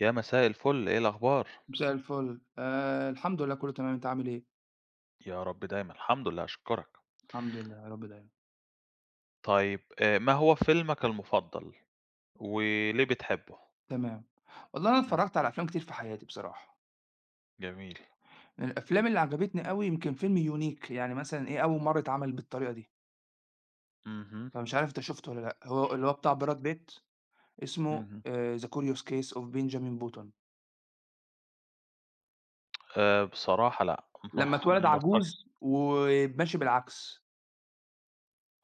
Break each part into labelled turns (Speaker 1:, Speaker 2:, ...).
Speaker 1: يا مساء الفل، إيه الأخبار؟
Speaker 2: مساء الفل. الحمد لله كُلّه تمام، أنت عامل إيه؟
Speaker 1: يا رب دايمًا، الحمد لله أشكرك.
Speaker 2: الحمد لله يا رب دايمًا،
Speaker 1: طيب ما هو فيلمك المفضل وليه بتحبه؟
Speaker 2: تمام. والله أنا
Speaker 1: إمم،
Speaker 2: اتفرّجت على أفلام كتير في حياتي بصراحة.
Speaker 1: جميل.
Speaker 2: من الأفلام اللي عجبتني أوي يمكن فيلم يونيك، يعني مثلًا إيه، أول مرّة اتعمل بالطريقة دي،
Speaker 1: اهم،
Speaker 2: فمش عارف أنت شُفته والّا لأ، هو اللي هو بتاع براد بيت اسمه
Speaker 1: اهم.
Speaker 2: The Curious Case of Benjamin Button.
Speaker 1: بصراحة لأ، ما
Speaker 2: لمّا اتولد
Speaker 1: ما أفتكرش.
Speaker 2: عجوز وماشي بالعكس.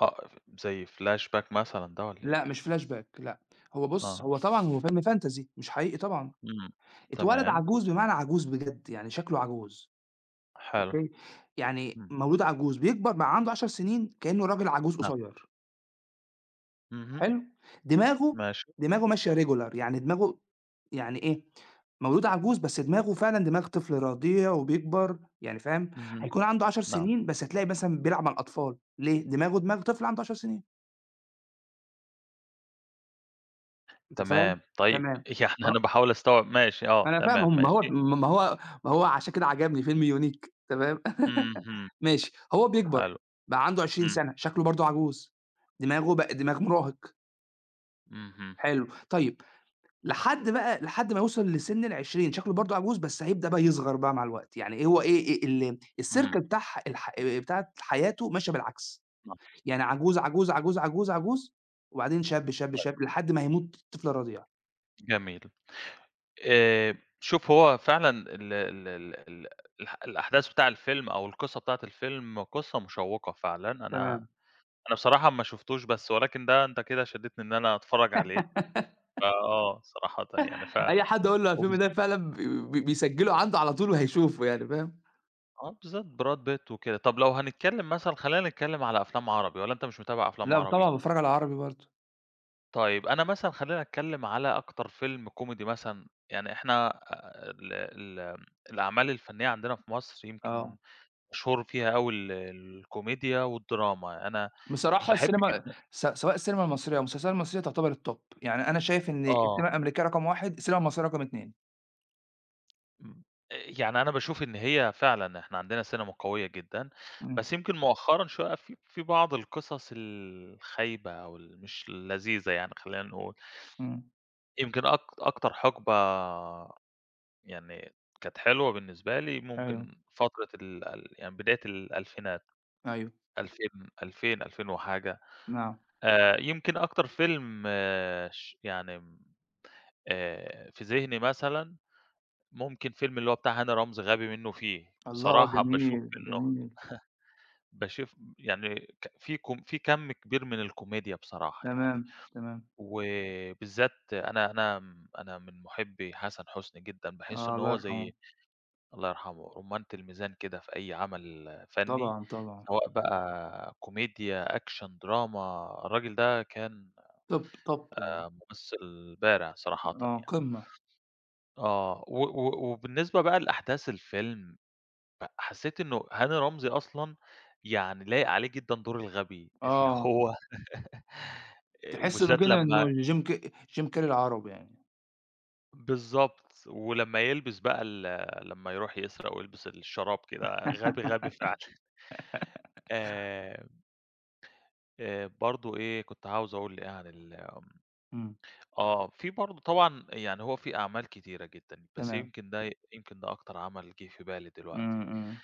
Speaker 1: آه، ف زي flashback مثلًا ده والّا إيه؟
Speaker 2: لأ، مش flashback لأ، هو بُص، هو
Speaker 1: آه،
Speaker 2: طبعًا هو فيلم fantasy مش حقيقي طبعًا.
Speaker 1: إمم،
Speaker 2: اتولد
Speaker 1: تمام،
Speaker 2: عجوز بمعنى عجوز بجد، يعني شكله عجوز.
Speaker 1: حلو،
Speaker 2: أوكي، يعني
Speaker 1: إمم،
Speaker 2: مولود عجوز، بيكبر بقى عنده 10 سنين كإنه راجل عجوز
Speaker 1: نعم،
Speaker 2: قصيّر،
Speaker 1: اهم،
Speaker 2: حلو، دماغه
Speaker 1: ماشي،
Speaker 2: دماغه ماشية regular يعني دماغه يعني إيه، مولود عجوز بس دماغه فعلًا دماغ طفل رضيع وبيكبر يعني فاهم،
Speaker 1: اهم،
Speaker 2: هيكون عنده 10
Speaker 1: نعم،
Speaker 2: سنين بس هتلاقي مثلًا بيلعب مع الأطفال، ليه؟ دماغه دماغ طفل عنده 10 سنين، أنت فاهم،
Speaker 1: تمام. طيب
Speaker 2: تمام. ف
Speaker 1: يعني أنا باحاول أستوعب ماشي، آه،
Speaker 2: أنا فاهم
Speaker 1: تمام،
Speaker 2: ما هو
Speaker 1: ماشي،
Speaker 2: ما هو ما هو عشان كده عجبني فيلم يونيك تمام،
Speaker 1: اهم،
Speaker 2: ماشي، هو بيكبر
Speaker 1: حلو،
Speaker 2: بقى عنده
Speaker 1: إمم،
Speaker 2: 20 سَنة، شكله برضه عجوز، دماغه بقى دماغ مراهق،
Speaker 1: اهم،
Speaker 2: حلو، طيب لحد ما يوصل لسِن ال20 شكله برضه عجوز بس هيبدأ بقى يصغر بقى مع الوقت، يعني إيه هو إيه
Speaker 1: إمم،
Speaker 2: السيركل بتاع ح الح بتاعة حياته ماشية بالعكس،
Speaker 1: نعم.
Speaker 2: يعني عجوز، عجوز، عجوز، عجوز، عجوز، وبعدين شاب، شاب، شاب، لحد ما هيموت طفلة رضيعة،
Speaker 1: جميل. آآ شوف هو فعلًا ال ال ال ال الأحداث بتاع الفيلم أو القصة بتاعة الفيلم قصة مشوّقة فعلًا، أنا
Speaker 2: تمام.
Speaker 1: أنا بصراحة ما شُفتوش بس ولكن ده أنت كده شدّتني إن أنا أتفرّج عليه، فآه صراحةً يعني ف
Speaker 2: أي حد أقول له على الفيلم
Speaker 1: وبالذ
Speaker 2: ده فعلًا ب ب بيسجّله عنده على طول وهيشوفه يعني فاهم؟
Speaker 1: آه بالذات براد بيت وكده. طب لو هنتكلّم مثلًا خلّينا نتكلّم على أفلام عربي والّا أنت مش متابع أفلام
Speaker 2: لأ طبعًا
Speaker 1: عربي؟
Speaker 2: باتفرّج على عربي برضه،
Speaker 1: طيب أنا مثلًا خلّينا أتكلّم على أكتر فيلم كوميدي مثلًا، يعني إحنا آه، ال ال الأعمال الفنيّة عندنا في مصر
Speaker 2: آه.
Speaker 1: يمكن مشهور فيها أوي الكوميديا والدراما، أنا
Speaker 2: بصراحة
Speaker 1: باحب
Speaker 2: السينما
Speaker 1: جدًا
Speaker 2: سواء السينما المصرية أو المسلسلات المصرية تعتبر الtop يعني أنا شايف إن
Speaker 1: آه،
Speaker 2: السينما الأمريكية رقم 1 السينما المصرية رقم 2.
Speaker 1: امم، يعني أنا باشوف إن هي فعلًا إحنا عندنا سينما قوية جدًا،
Speaker 2: إمم،
Speaker 1: بس يمكن مؤخرًا شوية في بعض القصص الخايبة أو ال مش لذيذة يعني خلّينا نقول،
Speaker 2: إمم،
Speaker 1: يمكن أكتر حقبة يعني كانت حلوة بالنسبة لي
Speaker 2: أيوه،
Speaker 1: ممكن فترة ال ال يعني بداية الألفينات
Speaker 2: أيوه،
Speaker 1: 2000، 2000، 2000 وحاجة،
Speaker 2: نعم.
Speaker 1: يمكن أكتر فيلم آه، يعني في ذهني مثلًا ممكن فيلم اللي هو بتاع هاني رمزي غبي منه فيه،
Speaker 2: الله
Speaker 1: بصراحة باشوف
Speaker 2: جميل،
Speaker 1: إنه
Speaker 2: جميل،
Speaker 1: باشوف يعني في كَم كبير من الكوميديا بصراحة
Speaker 2: تمام،
Speaker 1: يعني،
Speaker 2: تمام،
Speaker 1: وبالذات أنا أنا من مُحبّي حسن حسني جدًا، باحس
Speaker 2: آه
Speaker 1: إن
Speaker 2: الله
Speaker 1: هو
Speaker 2: يرحمه،
Speaker 1: زي الله يرحمه رُمانة الميزان كده في أي عمل فني،
Speaker 2: طبعًا، طبعًا،
Speaker 1: سواء بقى كوميديا، أكشن، دراما، الراجل ده كان
Speaker 2: top top يعني،
Speaker 1: ممثل بارع صراحةً
Speaker 2: آه
Speaker 1: يعني.
Speaker 2: قمة،
Speaker 1: آه، و وبالنسبة بقى لأحداث الفيلم فحسيت إنه هاني رمزي أصلًا يعني لايق عليه جدًا دور الغبي، اللي
Speaker 2: آه،
Speaker 1: هو إمم.
Speaker 2: تحس إنه
Speaker 1: وبالذات
Speaker 2: كده إنه
Speaker 1: لمّا
Speaker 2: جيم كاري العرب يعني،
Speaker 1: بالضبط، ولمّا يلبس بقى لمّا يروح يسرق ويلبس الشراب كده، غبي، غبي فعلًا. آآ، برضه إيه، كنت عاوز أقول إيه عن ال
Speaker 2: إمم،
Speaker 1: آه، في برضه طبعًا يعني هو في أعمال كتيرة جدًا، بس
Speaker 2: تمام،
Speaker 1: يمكن ده يمكن ده أكتر عمل جِه في بالي
Speaker 2: إمم،
Speaker 1: دلوقتي.
Speaker 2: إمم.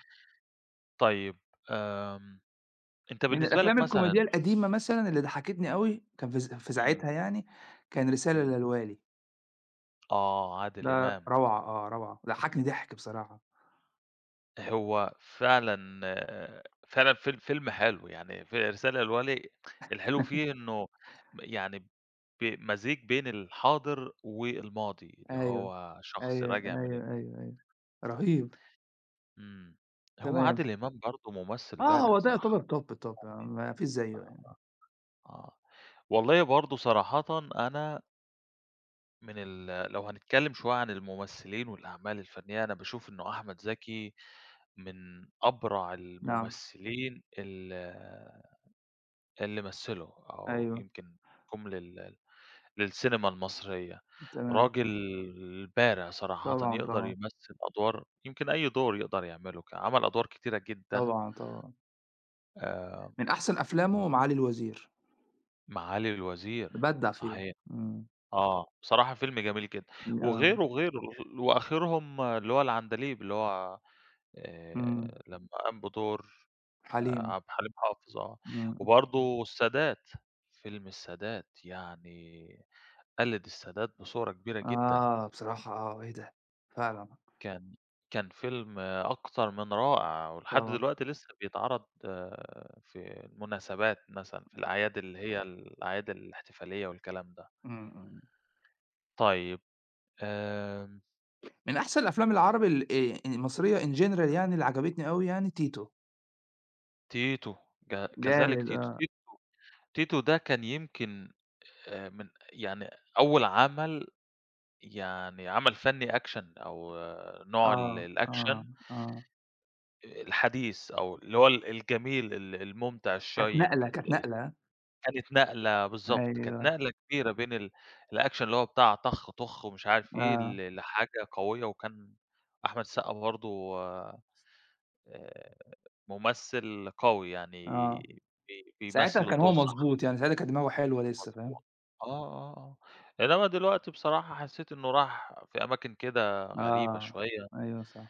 Speaker 1: طيب، آمم، أنت
Speaker 2: من
Speaker 1: بالنسبة
Speaker 2: الأفلام
Speaker 1: لك
Speaker 2: الكوميدية
Speaker 1: مثلًا
Speaker 2: القديمة مثلًا اللي ضحّكتني أوي، كان في
Speaker 1: إمم،
Speaker 2: ساعتها يعني، كان رسالة
Speaker 1: إمم،
Speaker 2: للوالي،
Speaker 1: آه، عادل
Speaker 2: ده
Speaker 1: إمام.
Speaker 2: روعة آه، روعة، ضحّكني ضحك بصراحة.
Speaker 1: هو فعلًا فعلًا فيلم حلو، يعني في رسالة للوالي الحلو فيه إنه يعني مزيج بين الحاضر والماضي، اللي
Speaker 2: أيوه،
Speaker 1: هو شخص
Speaker 2: أيوه،
Speaker 1: راجع من ال
Speaker 2: أيوه، أيوه، أيوه، رهيب،
Speaker 1: إمم. هو
Speaker 2: تمام.
Speaker 1: عادل إمام برضه ممثل
Speaker 2: آه،
Speaker 1: بارع
Speaker 2: هو ده
Speaker 1: صراحةً،
Speaker 2: يعتبر top، top آه، ما فيش زيّه يعني.
Speaker 1: آه. والله برضه صراحةً أنا من لو هنتكلم شوية عن الممثلين والأعمال الفنية، أنا باشوف إنه أحمد زكي من أبرع
Speaker 2: نعم،
Speaker 1: الممثلين اللي مثّله أو
Speaker 2: أيوه،
Speaker 1: يمكن جُم للسينما المصرية،
Speaker 2: تمام،
Speaker 1: راجل بارع صراحةً
Speaker 2: طبعًا،
Speaker 1: يقدر
Speaker 2: طبعًا،
Speaker 1: يمثّل أدوار يمكن أي دور يقدر يعمله، عمل أدوار كتيرة جدًا
Speaker 2: طبعًا، طبعًا.
Speaker 1: آآ،
Speaker 2: من أحسن أفلامه معالي الوزير،
Speaker 1: معالي الوزير
Speaker 2: بَدّع فيه،
Speaker 1: صحيح،
Speaker 2: إمم،
Speaker 1: آه، بصراحة فيلم جميل جدًا،
Speaker 2: آه،
Speaker 1: وغيره وآخرهم اللي هو العندليب اللي هو
Speaker 2: إمم،
Speaker 1: لمّا قام بدور
Speaker 2: حليم،
Speaker 1: عبد الحليم حافظ آه،
Speaker 2: إمم، إمم.
Speaker 1: وبرضه السادات، فيلم السادات يعني قلد السادات بصورة كبيرة جدًا،
Speaker 2: آه، بصراحة آه، إيه ده! فعلًا،
Speaker 1: كان كان فيلم أكتر من رائع، ولحد
Speaker 2: طبعًا.
Speaker 1: دلوقتي لسه بيتعرض في المناسبات مثلًا، في
Speaker 2: إمم،
Speaker 1: الأعياد اللي هي الأعياد الاحتفالية والكلام ده.
Speaker 2: إمم، إمم.
Speaker 1: طيب آمم،
Speaker 2: من أحسن الأفلام العربي ال يعني المصرية in general يعني اللي عجبتني أوي يعني تيتو.
Speaker 1: تيتو كذلك
Speaker 2: جامد
Speaker 1: تيتو،
Speaker 2: آه،
Speaker 1: تيتو ده كان يمكن من يعني أول عمل يعني عمل فني أكشن أو آه، نوع
Speaker 2: آه، آه،
Speaker 1: الأكشن
Speaker 2: آه.
Speaker 1: الحديث أو اللي هو الجميل الممتع
Speaker 2: كانت
Speaker 1: الشيّق.
Speaker 2: نقلة، كانت نقلة.
Speaker 1: كانت نقلة بالضبط، كانت
Speaker 2: أيوه،
Speaker 1: نقلة كبيرة بين الأكشن اللي هو بتاع طخ طخ ومش عارف إيه،
Speaker 2: آه،
Speaker 1: لحاجة قوية، وكان أحمد السقا برضه ممثل قوي يعني
Speaker 2: آه. ساعتها
Speaker 1: بيمثّل
Speaker 2: كان
Speaker 1: الدور
Speaker 2: هو
Speaker 1: صح،
Speaker 2: مضبوط، يعني ساعتها كانت دماغه حلوة لسه فاهم؟
Speaker 1: مضبوط. آه، آه، آه، إنما دلوقتي بصراحة حسّيت إنه راح في أماكن كده غريبة
Speaker 2: آه،
Speaker 1: شوية،
Speaker 2: أيوه صح.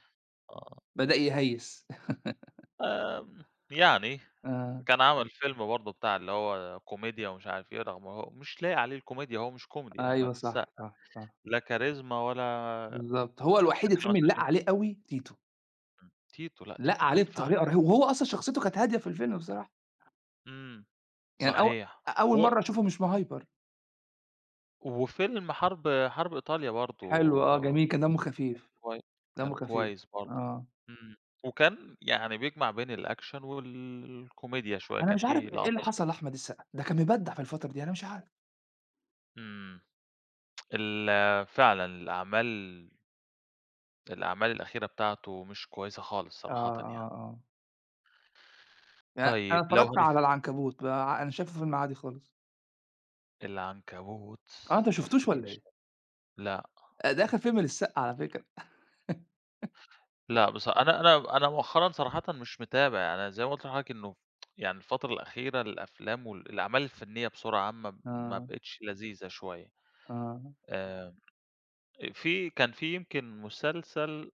Speaker 1: آه،
Speaker 2: بدأ يهيّس.
Speaker 1: آمم، يعني
Speaker 2: آه،
Speaker 1: كان عمل فيلم برضه بتاع اللي هو كوميديا ومش عارف إيه، رغم هو مش لايق عليه الكوميديا، هو مش كوميدي أحمد
Speaker 2: أيوه
Speaker 1: السقا.
Speaker 2: صح، صح، صح.
Speaker 1: لا كاريزما ولا
Speaker 2: بالضبط. هو الوحيد
Speaker 1: شكل
Speaker 2: الفيلم اللي لَق
Speaker 1: مثلًا
Speaker 2: عليه أوي تيتو،
Speaker 1: إمم، تيتو، لأ
Speaker 2: لَق
Speaker 1: تيتو كان
Speaker 2: عليه
Speaker 1: فعلًا
Speaker 2: بطريقة رهيبة وهو أصلًا شخصيته كانت هادية في الفيلم بصراحة.
Speaker 1: إمم،
Speaker 2: يعني
Speaker 1: صحيح.
Speaker 2: أول
Speaker 1: و
Speaker 2: مرّة أشوفه مش مهايبر.
Speaker 1: حرب إيطاليا برضه
Speaker 2: حلو آه، جميل، كان دمّه خفيف،
Speaker 1: كوي
Speaker 2: دمّه
Speaker 1: كان
Speaker 2: خفيف،
Speaker 1: كويس برضه،
Speaker 2: آه.
Speaker 1: إمم، وكان يعني بيجمع بين الأكشن والكوميديا شوية،
Speaker 2: أنا
Speaker 1: كان
Speaker 2: مش عارف
Speaker 1: في
Speaker 2: إيه اللي
Speaker 1: لقطات
Speaker 2: حصل لأحمد السقا، ده كان مبدع في الفترة دي، أنا مش عارف.
Speaker 1: إمم، ال فعلًا الأعمال الأعمال الأخيرة بتاعته مش كويسة خالص
Speaker 2: آه،
Speaker 1: صراحةً يعني.
Speaker 2: آه، آه. يعني أنا
Speaker 1: طيب لو
Speaker 2: اتفرجت على العنكبوت بقى أنا شايفه فيلم عادي خالص.
Speaker 1: العنكبوت
Speaker 2: آه، أنت ما
Speaker 1: ما
Speaker 2: شفتوش والّا
Speaker 1: افتكرش
Speaker 2: إيه؟
Speaker 1: لأ.
Speaker 2: ده آخر فيلم للسقا على فكرة.
Speaker 1: لأ، بص أنا مؤخرًا صراحةً مش متابع، يعني أنا زي ما قُلت لحضرتك إنه يعني الفترة الأخيرة الأفلام والأعمال الفنية بصورة عامة ما
Speaker 2: آه،
Speaker 1: بقِتش لذيذة شوية،
Speaker 2: آه،
Speaker 1: آآ في كان في يمكن مسلسل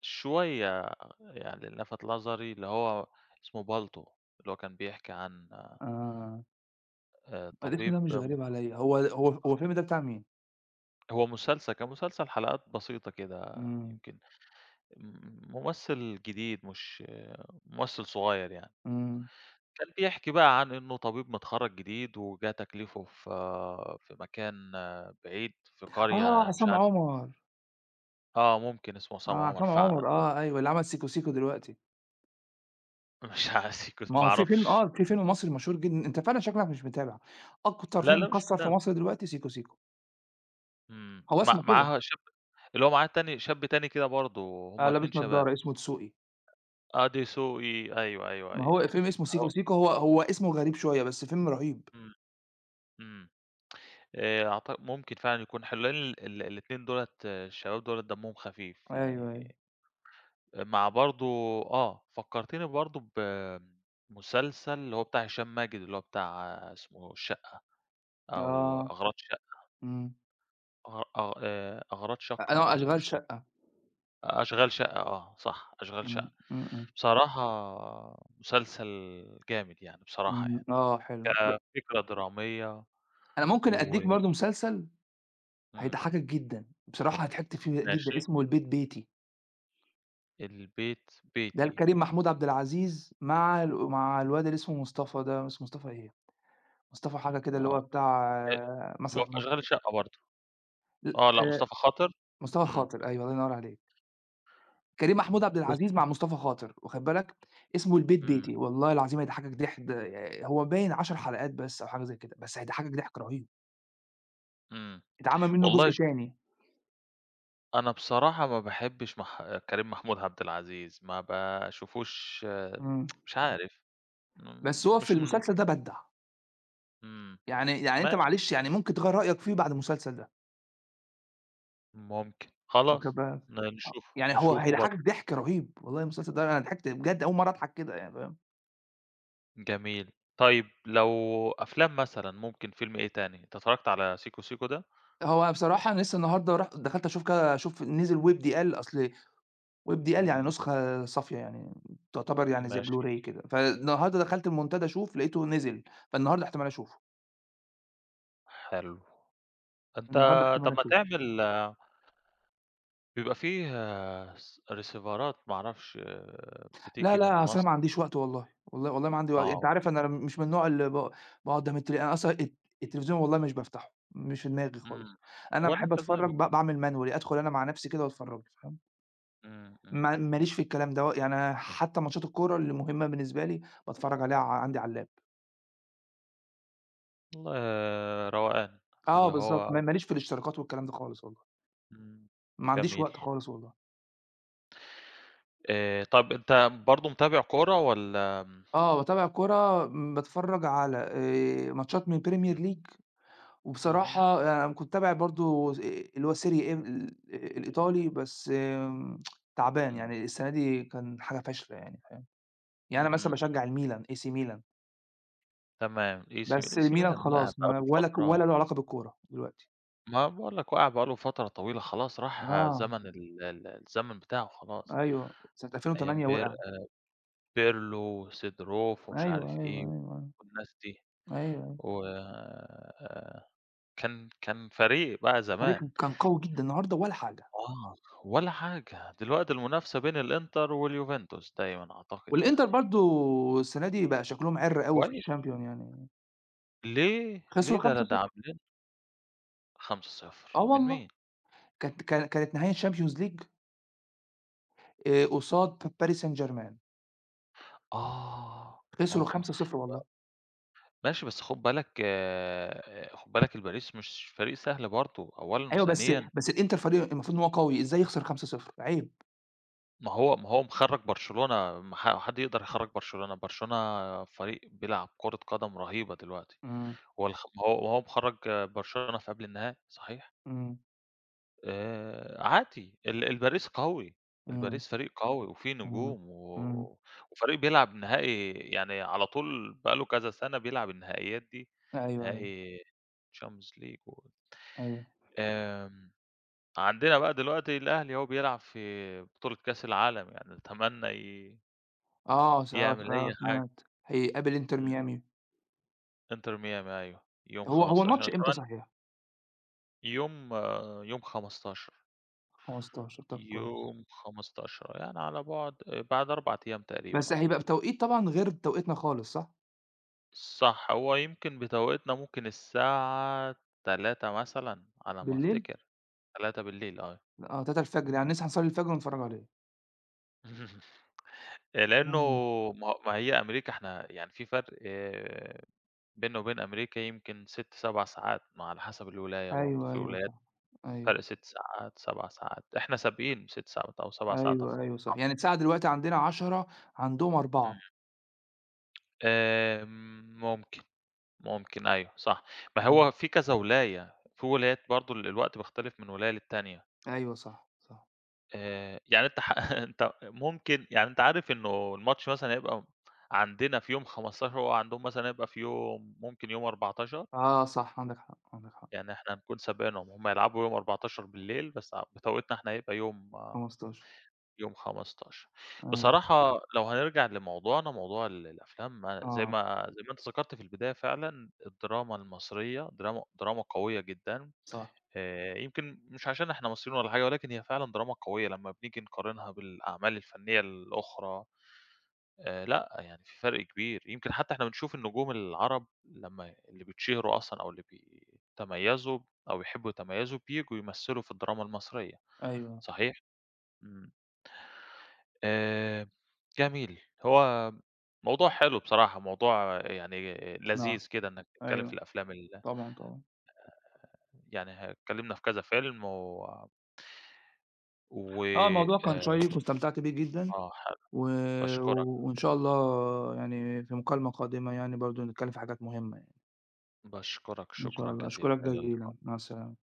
Speaker 1: شوية يعني لَفَت نظري اللي هو اسمه بالطو، اللي هو كان بيحكي عن
Speaker 2: آه، الاسم
Speaker 1: طبيب
Speaker 2: ده مش غريب عليّا، هو الفيلم ده بتاع مين؟
Speaker 1: هو مسلسل، كان مسلسل حلقات بسيطة كده
Speaker 2: إمم،
Speaker 1: يمكن م ممثل جديد مش آه، ممثل صغير يعني.
Speaker 2: إمم،
Speaker 1: كان بيحكي بقى عن إنه طبيب متخرّج جديد، وجه تكليفه في في مكان بعيد، في
Speaker 2: آه،
Speaker 1: قرية مش
Speaker 2: عصام
Speaker 1: عارف
Speaker 2: عمر،
Speaker 1: آه، ممكن اسمه
Speaker 2: آه،
Speaker 1: عصام عمر
Speaker 2: عصام
Speaker 1: فعلًا،
Speaker 2: عمر، آه، أيوه، اللي عمل سيكو سيكو دلوقتي.
Speaker 1: مش عايز يكون
Speaker 2: ما
Speaker 1: ما
Speaker 2: هو
Speaker 1: أعرفش،
Speaker 2: في فيلم مصري مشهور جدًا، أنت فعلًا شكلك مش متابع، أكتر
Speaker 1: لا،
Speaker 2: فيلم
Speaker 1: لا مش
Speaker 2: مكسّر في
Speaker 1: متابع،
Speaker 2: مصر دلوقتي سيكو سيكو،
Speaker 1: إمم،
Speaker 2: هو
Speaker 1: مع
Speaker 2: اسمه كده،
Speaker 1: معاها شاب اللي هو معاه تاني شاب تاني كده برضه، هُم
Speaker 2: أنا
Speaker 1: 2
Speaker 2: لابس
Speaker 1: شباب،
Speaker 2: نضارة، اسمه دسوقي،
Speaker 1: آدي دسوقي، أيوه، أيوه،
Speaker 2: ما
Speaker 1: أيوه،
Speaker 2: هو الفيلم اسمه سيكو
Speaker 1: أهو
Speaker 2: سيكو، هو اسمه غريب شوية بس فيلم رهيب.
Speaker 1: إمم، إمم، ممكن فعلًا يكون حلو، لأن ال ال الاتنين دُولة الشباب دُولة دمهم خفيف
Speaker 2: أيوه،
Speaker 1: يعني
Speaker 2: أيوه،
Speaker 1: مع برضه آه، فكّرتني برضه بمسلسل اللي هو بتاع هشام ماجد، اللي هو بتاع اسمه الشقة أو
Speaker 2: آه،
Speaker 1: أغراض شقة
Speaker 2: إمم،
Speaker 1: أغ أغ أغراض شقة
Speaker 2: أنا
Speaker 1: أو
Speaker 2: أشغال
Speaker 1: شقة
Speaker 2: شقة،
Speaker 1: أشغال شقة آه، صح، أشغال
Speaker 2: إمم،
Speaker 1: شقة.
Speaker 2: إمم، إمم،
Speaker 1: بصراحة مسلسل جامد يعني بصراحة
Speaker 2: إمم، آه حلو،
Speaker 1: يعني، كفكرة درامية
Speaker 2: أنا ممكن
Speaker 1: و
Speaker 2: أدّيك برضه مسلسل
Speaker 1: إمم،
Speaker 2: هيضحّكك جدًا، بصراحة ضحكت فيه جدًا،
Speaker 1: ماشي،
Speaker 2: اسمه البيت بيتي،
Speaker 1: البيت
Speaker 2: ده
Speaker 1: بيتي
Speaker 2: لكريم محمود عبد العزيز مع الواد اللي اسمه مصطفى ده، اسمه مصطفى إيه؟ مصطفى حاجة كده اللي
Speaker 1: آه،
Speaker 2: هو بتاع
Speaker 1: أ اللي هو
Speaker 2: مسرح
Speaker 1: في
Speaker 2: مصر،
Speaker 1: أشغال شقة برضه،
Speaker 2: ل
Speaker 1: آه، لأ
Speaker 2: آآ
Speaker 1: مصطفى خاطر،
Speaker 2: مصطفى
Speaker 1: إمم،
Speaker 2: خاطر أيوه الله ينور عليك، كريم محمود عبد العزيز
Speaker 1: بالضبط،
Speaker 2: مع مصطفى خاطر واخد بالك، اسمه البيت
Speaker 1: إمم،
Speaker 2: بيتي والله العظيم هيضحكك ضحك د هو باين 10 حلقات بس أو حاجة زي كده، بس هيضحكك ضحك رهيب،
Speaker 1: إمم.
Speaker 2: اتعمل منه
Speaker 1: والله
Speaker 2: جزء
Speaker 1: شوف،
Speaker 2: تاني،
Speaker 1: أنا بصراحة ما باحبش كريم محمود عبد العزيز، ما باشوفوش
Speaker 2: إمم،
Speaker 1: مش إمم. عارف،
Speaker 2: بس هو في
Speaker 1: مش من
Speaker 2: المسلسل ده بدع،
Speaker 1: إمم،
Speaker 2: يعني أنت
Speaker 1: ماشي،
Speaker 2: معلش يعني ممكن تغيّر رأيك فيه بعد المسلسل ده
Speaker 1: ممكن،
Speaker 2: واخد
Speaker 1: خلاص
Speaker 2: بالك، آه،
Speaker 1: نشوفه،
Speaker 2: يعني هو
Speaker 1: نشوفه برضه،
Speaker 2: هيضحكك ضحك رهيب، والله المسلسل ده أنا ضحكت بجد أول مرة أضحك كده يعني فاهم؟
Speaker 1: جميل. طيب لو أفلام مثلًا ممكن فيلم إيه تاني؟ أنت اتفرجت على سيكو سيكو ده؟
Speaker 2: هو بصراحة أنا لسه النهارده دخلت أشوف كده أشوف نزل WebDL أصل WebDL يعني
Speaker 1: إمم،
Speaker 2: نسخة صافية يعني تعتبر يعني زي
Speaker 1: ماشي،
Speaker 2: Blu-ray كده، فالنهارده دخلت المنتدى أشوف لقيته نزل، فالنهارده احتمال أشوفه،
Speaker 1: حلو. أنت
Speaker 2: النهارده احتمال
Speaker 1: طب ما
Speaker 2: أشوفه.
Speaker 1: تعمل آه، بيبقى فيه آه، ريسيفرات ما أعرفش
Speaker 2: لا،
Speaker 1: بتيجي من
Speaker 2: لا، أصل أنا
Speaker 1: مصر
Speaker 2: ما عنديش وقت والله، والله والله ما عندي وقت، أنت
Speaker 1: آه.
Speaker 2: عارف أنا مش من النوع اللي باقعد قدام أنا أصلًا التلفزيون والله مش بافتحه، مش في دماغي
Speaker 1: إمم.
Speaker 2: خالص، أنا
Speaker 1: وأنا
Speaker 2: باحب أتفرج
Speaker 1: كذلك.
Speaker 2: باعمل manually أدخل أنا مع نفسي كده وأتفرج فاهم؟
Speaker 1: إمم، إمم،
Speaker 2: ما
Speaker 1: إمم.
Speaker 2: ماليش في الكلام ده، يعني حتى ماتشات الكورة اللي مهمة بالنسبة لي باتفرج عليها عندي على اللاب.
Speaker 1: والله روقان.
Speaker 2: آه
Speaker 1: اللي
Speaker 2: بالضبط، ما
Speaker 1: هو
Speaker 2: ماليش في الاشتراكات والكلام ده خالص والله،
Speaker 1: إمم،
Speaker 2: ما عنديش
Speaker 1: جميل.
Speaker 2: وقت خالص والله.
Speaker 1: طب أنت برضه متابع كورة والّا إمم،
Speaker 2: آه باتابع كورة، باتفرّج على ماتشات من الPremier League
Speaker 1: اهم،
Speaker 2: وبصراحة أنا كنت متابع برضه اللي هو Serie A ال آه، الإيطالي بس تعبان،
Speaker 1: إمم،
Speaker 2: يعني السنة دي كان حاجة فاشلة يعني فاهم؟ يعني أنا مثلًا
Speaker 1: اهم.
Speaker 2: باشجّع الميلان، AC ميلان،
Speaker 1: تمام. AC
Speaker 2: بس الميلان
Speaker 1: ميلان وقع
Speaker 2: خلاص
Speaker 1: بقى
Speaker 2: ما
Speaker 1: له
Speaker 2: ولا ك
Speaker 1: فترة
Speaker 2: ولا له علاقة بالكورة دلوقتي.
Speaker 1: ما باقول لك وقع بقى له فترة طويلة خلاص راح
Speaker 2: آه،
Speaker 1: زمن ال ال الزمن بتاعه خلاص.
Speaker 2: أيوه، سَنة
Speaker 1: أيام
Speaker 2: 2008 وقع.
Speaker 1: بيرلو وسيدروف
Speaker 2: أيوه،
Speaker 1: ومش عارف
Speaker 2: أيوه،
Speaker 1: إيه
Speaker 2: أيوه، أيوه،
Speaker 1: والناس دي.
Speaker 2: أيوه،
Speaker 1: و كان فريق بقى
Speaker 2: الفريق
Speaker 1: زمان.
Speaker 2: كان قوي جدًا، النهارده ولا حاجة.
Speaker 1: آه، ولا حاجة، دلوقتي المنافسة بين الإنتر واليوفنتوس دايمًا أعتقد
Speaker 2: والإنتر
Speaker 1: يعني،
Speaker 2: برضه السنة دي بقى شكلهم عِرّ أوي في
Speaker 1: كويس،
Speaker 2: الChampion يعني،
Speaker 1: ليه؟ ليه
Speaker 2: خسروا
Speaker 1: ده ده
Speaker 2: 5-0
Speaker 1: عاملين 5-0
Speaker 2: آه
Speaker 1: من
Speaker 2: والله،
Speaker 1: مين؟
Speaker 2: كانت نهائي الChampions League قصاد ب Paris Saint Germain
Speaker 1: آه، آه،
Speaker 2: خسروا
Speaker 1: آه،
Speaker 2: 5-0 والله،
Speaker 1: ماشي بس خُد بالك خُد بالك الباريس مش فريق سهل برضه أولًا
Speaker 2: أيوه بس
Speaker 1: وثانيًا
Speaker 2: بس الإنتر فريق المفروض إن هو قوي، إزاي يخسر 5-0 عيب.
Speaker 1: ما هو مخرّج برشلونة، ما حد يقدر يخرّج برشلونة، برشلونة فريق بيلعب كرة قدم رهيبة دلوقتي،
Speaker 2: إمم،
Speaker 1: هو ما هو مخرّج برشلونة في قبل النهائي صحيح.
Speaker 2: إمم،
Speaker 1: عادي، الباريس قوي،
Speaker 2: إمم،
Speaker 1: الباريس فريق قوي وفيه
Speaker 2: إمم،
Speaker 1: نجوم
Speaker 2: إمم،
Speaker 1: و وفريق بيلعب نهائي يعني على طول بقى له كذا سَنة بيلعب النهائيات دي،
Speaker 2: أيوه، أيوه،
Speaker 1: نهائي Champions League و
Speaker 2: أيوه،
Speaker 1: آمم، عندنا بقى دلوقتي الأهلي أهو بيلعب في بطولة كأس العالم، يعني نتمنى
Speaker 2: آه س آه س
Speaker 1: يعمل
Speaker 2: آه
Speaker 1: أي حاجة،
Speaker 2: سمعت، هيقابل إنتر
Speaker 1: إمم،
Speaker 2: ميامي،
Speaker 1: إنتر ميامي أيوه، يوم
Speaker 2: هو
Speaker 1: 15
Speaker 2: الماتش إمتى
Speaker 1: نتمنى
Speaker 2: صحيح؟
Speaker 1: يوم يوم 15،
Speaker 2: 15 طب كويس،
Speaker 1: يوم 15 يعني على بُعد بعد 4 أيام تقريبًا
Speaker 2: بس
Speaker 1: أهو.
Speaker 2: هيبقى بتوقيت طبعًا غير توقيتنا خالص صح؟
Speaker 1: صح، هو يمكن بتوقيتنا ممكن الساعة 15:00 مثلًا على ما
Speaker 2: بالليل؟
Speaker 1: أفتكر، 15:00 آه.
Speaker 2: آه 3:00 يعني نصحى نصلّي الفجر ونتفرّج عليه.
Speaker 1: لإنه
Speaker 2: إمم.
Speaker 1: ما هي أمريكا إحنا يعني في فرق آه، بيننا وبين أمريكا يمكن 6، 7 ساعات، ما على حسب الولاية برضه،
Speaker 2: أيوه،
Speaker 1: في
Speaker 2: أيوه
Speaker 1: ولايات
Speaker 2: صح. أيوه.
Speaker 1: فرق 6 ساعات، 7 ساعات، إحنا سابقين ب6 ساعات أو 7 ساعات أعتقد.
Speaker 2: أيوه، أيوه صح. يعني الساعة دلوقتي عندنا 22:00 عندهم
Speaker 1: إمم.
Speaker 2: 16:00.
Speaker 1: آمم ممكن، ممكن أيوه صح. ما
Speaker 2: إمم.
Speaker 1: هو في كذا ولاية، في ولايات برضه الوقت بيختلف من ولاية للتانية.
Speaker 2: أيوه صح، صح.
Speaker 1: يعني أنت أنت ممكن يعني أنت عارف إنه الماتش مثلًا هيبقى عندنا في يوم 15 وهو عندهم مثلًا هيبقى في يوم ممكن يوم 14،
Speaker 2: آه صح، عندك حق، عندك حق.
Speaker 1: يعني إحنا هنكون سابقينهم، هم هيلعبوا يوم 14 بالليل بس بتوقيتنا إحنا هيبقى يوم آه،
Speaker 2: 15
Speaker 1: يوم 15.
Speaker 2: أيوه.
Speaker 1: بصراحة لو هنرجع لموضوعنا، موضوع الأفلام أنا زي
Speaker 2: آه
Speaker 1: ما زي ما أنت ذكرت في البداية فعلًا الدراما المصرية دراما قوية جدًا.
Speaker 2: صح.
Speaker 1: يمكن مش عشان إحنا مصريين ولا حاجة، ولكن هي فعلًا دراما قوية لمّا بنيجي نقارنها بالأعمال الفنية الأخرى، لأ، يعني في فرق كبير. يمكن حتى إحنا بنشوف النجوم العرب لمّا اللي بيتشهروا أصلًا أو اللي بيتميّزوا أو يحبّوا يتميّزوا، بييجوا يمثّلوا في الدراما المصرية،
Speaker 2: أيوه.
Speaker 1: صحيح؟ إمم. آآ جميل. هو موضوع حلو بصراحة، موضوع يعني
Speaker 2: نعم.
Speaker 1: لذيذ كده إنّك تتكلّم في
Speaker 2: أيوه.
Speaker 1: الأفلام ال
Speaker 2: طبعًا، طبعًا.
Speaker 1: يعني اتكلّمنا في كذا فيلم و و
Speaker 2: آه الموضوع كان
Speaker 1: آآ
Speaker 2: شيّق واستمتعت بيه جدًا
Speaker 1: آه،
Speaker 2: و
Speaker 1: باشكرك،
Speaker 2: وإن شاء الله يعني في مكالمة قادمة يعني برضه نتكلّم في حاجات مهمة يعني.
Speaker 1: باشكرك
Speaker 2: إن شاء
Speaker 1: شكرًا
Speaker 2: الله.
Speaker 1: جزيلًا،
Speaker 2: أشكرك
Speaker 1: إلى
Speaker 2: جزيلًا.
Speaker 1: اللقاء.
Speaker 2: مع السلامة.